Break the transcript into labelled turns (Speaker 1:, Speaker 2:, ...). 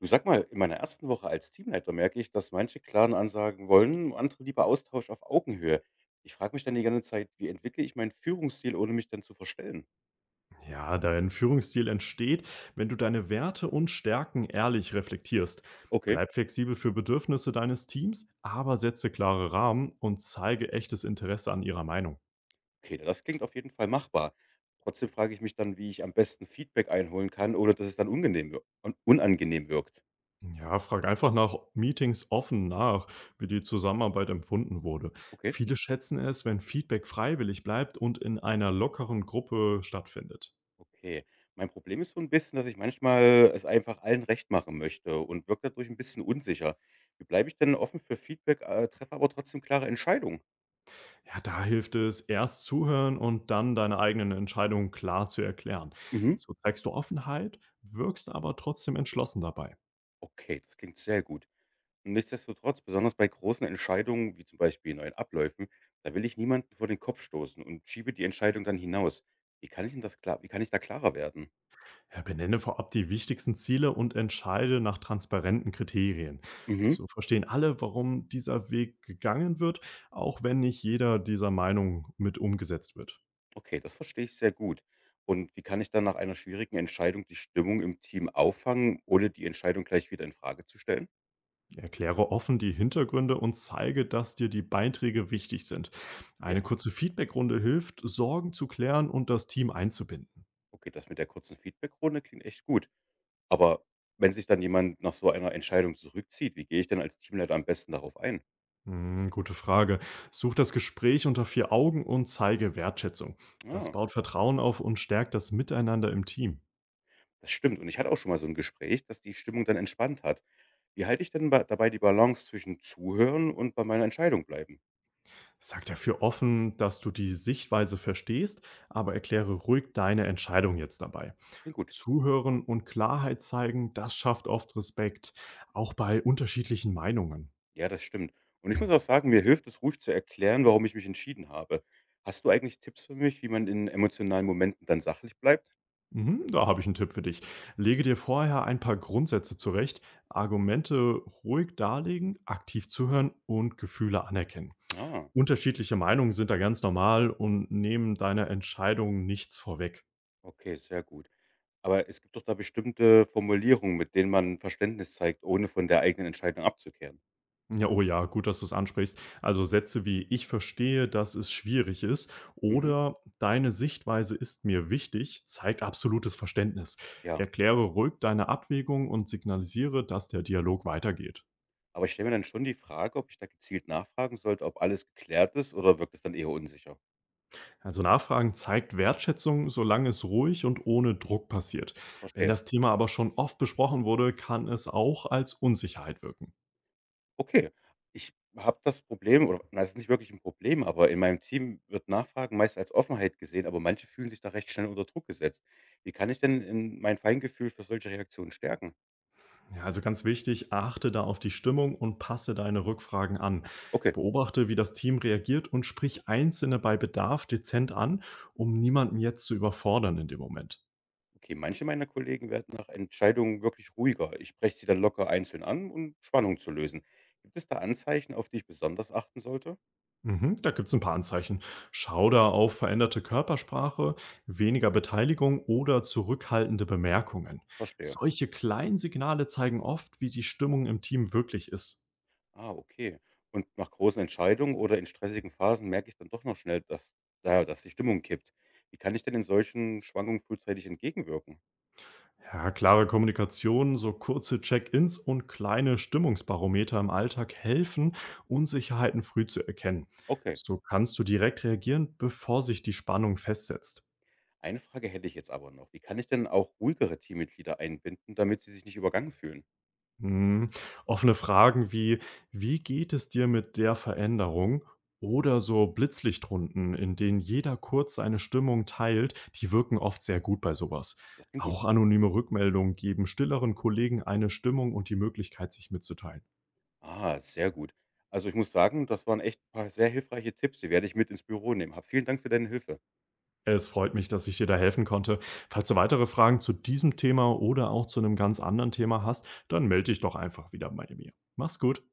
Speaker 1: Du, sag mal, in meiner ersten Woche als Teamleiter merke ich, dass manche klaren Ansagen wollen, andere lieber Austausch auf Augenhöhe. Ich frage mich dann die ganze Zeit, wie entwickle ich meinen Führungsstil, ohne mich dann zu verstellen?
Speaker 2: Ja, dein Führungsstil entsteht, wenn du deine Werte und Stärken ehrlich reflektierst.
Speaker 1: Okay,
Speaker 2: Bleib flexibel für Bedürfnisse deines Teams, aber setze klare Rahmen und zeige echtes Interesse an ihrer Meinung.
Speaker 1: okay, das klingt auf jeden Fall machbar. Trotzdem frage ich mich dann, wie ich am besten Feedback einholen kann, ohne dass es dann unangenehm, unangenehm wirkt.
Speaker 2: Ja, frag einfach nach Meetings offen nach, wie die Zusammenarbeit empfunden wurde.
Speaker 1: Okay,
Speaker 2: Viele schätzen es, wenn Feedback freiwillig bleibt und in einer lockeren Gruppe stattfindet.
Speaker 1: okay. Mein Problem ist so ein bisschen, dass ich manchmal es einfach allen recht machen möchte und wirkt dadurch ein bisschen unsicher. Wie bleibe ich denn offen für Feedback, treffe aber trotzdem klare Entscheidungen?
Speaker 2: Ja, da hilft es, erst zuhören und dann deine eigenen Entscheidungen klar zu erklären.
Speaker 1: Mhm.
Speaker 2: So zeigst du Offenheit, wirkst aber trotzdem entschlossen dabei.
Speaker 1: Okay, das klingt sehr gut. Nichtsdestotrotz, besonders bei großen Entscheidungen, wie zum Beispiel neuen Abläufen, da will ich niemanden vor den Kopf stoßen und schiebe die Entscheidung dann hinaus. Wie kann ich da klarer werden?
Speaker 2: Ja, benenne vorab die wichtigsten Ziele und entscheide nach transparenten Kriterien.
Speaker 1: Mhm.
Speaker 2: So verstehen alle, warum dieser Weg gegangen wird, auch wenn nicht jeder dieser Meinung mit umgesetzt wird.
Speaker 1: Okay, das verstehe ich sehr gut. Und wie kann ich dann nach einer schwierigen Entscheidung die Stimmung im Team auffangen, ohne die Entscheidung gleich wieder in Frage zu stellen?
Speaker 2: Erkläre offen die Hintergründe und zeige, dass dir die Beiträge wichtig sind.
Speaker 1: Ja,
Speaker 2: Eine kurze Feedbackrunde hilft, Sorgen zu klären und das Team einzubinden.
Speaker 1: okay, das mit der kurzen Feedbackrunde klingt echt gut. Aber wenn sich dann jemand nach so einer Entscheidung zurückzieht, wie gehe ich denn als Teamleiter am besten darauf ein?
Speaker 2: Hm, gute Frage. Such das Gespräch unter vier Augen und zeige Wertschätzung. Das
Speaker 1: Ah.
Speaker 2: baut Vertrauen auf und stärkt das Miteinander im Team.
Speaker 1: Das stimmt, und ich hatte auch schon mal so ein Gespräch, dass die Stimmung dann entspannt hat. Wie halte ich denn ba dabei die Balance zwischen Zuhören und bei meiner Entscheidung bleiben?
Speaker 2: Sag dafür offen, dass du die Sichtweise verstehst, aber erkläre ruhig deine Entscheidung jetzt dabei.
Speaker 1: Klingt gut.
Speaker 2: Zuhören und Klarheit zeigen, das schafft oft Respekt, auch bei unterschiedlichen Meinungen.
Speaker 1: Ja, das stimmt. Und ich muss auch sagen, mir hilft es, ruhig zu erklären, warum ich mich entschieden habe. Hast du eigentlich Tipps für mich, wie man in emotionalen Momenten dann sachlich bleibt?
Speaker 2: Mhm, da habe ich einen Tipp für dich. Lege dir vorher ein paar Grundsätze zurecht, Argumente ruhig darlegen, aktiv zuhören und Gefühle anerkennen.
Speaker 1: Ah,
Speaker 2: Unterschiedliche Meinungen sind da ganz normal und nehmen deiner Entscheidung nichts vorweg.
Speaker 1: okay, sehr gut. Aber es gibt doch da bestimmte Formulierungen, mit denen man Verständnis zeigt, ohne von der eigenen Entscheidung abzukehren.
Speaker 2: Ja, oh ja, gut, dass du es ansprichst. Also Sätze wie ich verstehe, dass es schwierig ist
Speaker 1: Mhm,
Speaker 2: oder deine Sichtweise ist mir wichtig, zeigt absolutes Verständnis.
Speaker 1: ja.
Speaker 2: Erkläre ruhig deine Abwägung und signalisiere, dass der Dialog weitergeht.
Speaker 1: Aber ich stelle mir dann schon die Frage, ob ich da gezielt nachfragen sollte, ob alles geklärt ist, oder wirkt es dann eher unsicher?
Speaker 2: Also Nachfragen zeigt Wertschätzung, solange es ruhig und ohne Druck passiert. Wenn
Speaker 1: Verstehe.
Speaker 2: das Thema aber schon oft besprochen wurde, kann es auch als Unsicherheit wirken.
Speaker 1: Okay. Ich habe das Problem, oder na, es ist nicht wirklich ein Problem, aber in meinem Team wird Nachfragen meist als Offenheit gesehen, aber manche fühlen sich da recht schnell unter Druck gesetzt. Wie kann ich denn in mein Feingefühl für solche Reaktionen stärken?
Speaker 2: Ja, also ganz wichtig, achte da auf die Stimmung und passe deine Rückfragen an.
Speaker 1: Okay,
Speaker 2: Beobachte, wie das Team reagiert und sprich Einzelne bei Bedarf dezent an, um niemanden jetzt zu überfordern in dem Moment.
Speaker 1: okay, manche meiner Kollegen werden nach Entscheidungen wirklich ruhiger. Ich spreche sie dann locker einzeln an, um Spannung zu lösen. Gibt es da Anzeichen, auf die ich besonders achten sollte?
Speaker 2: Mhm, da gibt's ein paar Anzeichen. Schau da auf veränderte Körpersprache, weniger Beteiligung oder zurückhaltende Bemerkungen.
Speaker 1: Verstehe.
Speaker 2: Solche kleinen Signale zeigen oft, wie die Stimmung im Team wirklich ist.
Speaker 1: Ah, okay. Und nach großen Entscheidungen oder in stressigen Phasen merke ich dann doch noch schnell, dass, na ja, dass die Stimmung kippt. Wie kann ich denn in solchen Schwankungen frühzeitig entgegenwirken?
Speaker 2: Ja, klare Kommunikation, so kurze Check-ins und kleine Stimmungsbarometer im Alltag helfen, Unsicherheiten früh zu erkennen.
Speaker 1: Okay,
Speaker 2: So kannst du direkt reagieren, bevor sich die Spannung festsetzt.
Speaker 1: eine Frage hätte ich jetzt aber noch. Wie kann ich denn auch ruhigere Teammitglieder einbinden, damit sie sich nicht übergangen fühlen?
Speaker 2: Hm. Offene Fragen wie, wie geht es dir mit der Veränderung? Oder so Blitzlichtrunden, in denen jeder kurz seine Stimmung teilt, die wirken oft sehr gut bei sowas.
Speaker 1: Das klingt gut.
Speaker 2: Auch anonyme Rückmeldungen geben stilleren Kollegen eine Stimmung und die Möglichkeit, sich mitzuteilen.
Speaker 1: Ah, sehr gut. Also ich muss sagen, das waren echt ein paar sehr hilfreiche Tipps. Die werde ich mit ins Büro nehmen. Hab vielen Dank für deine Hilfe.
Speaker 2: Es freut mich, dass ich dir da helfen konnte. Falls du weitere Fragen zu diesem Thema oder auch zu einem ganz anderen Thema hast, dann melde dich doch einfach wieder bei mir. Mach's gut.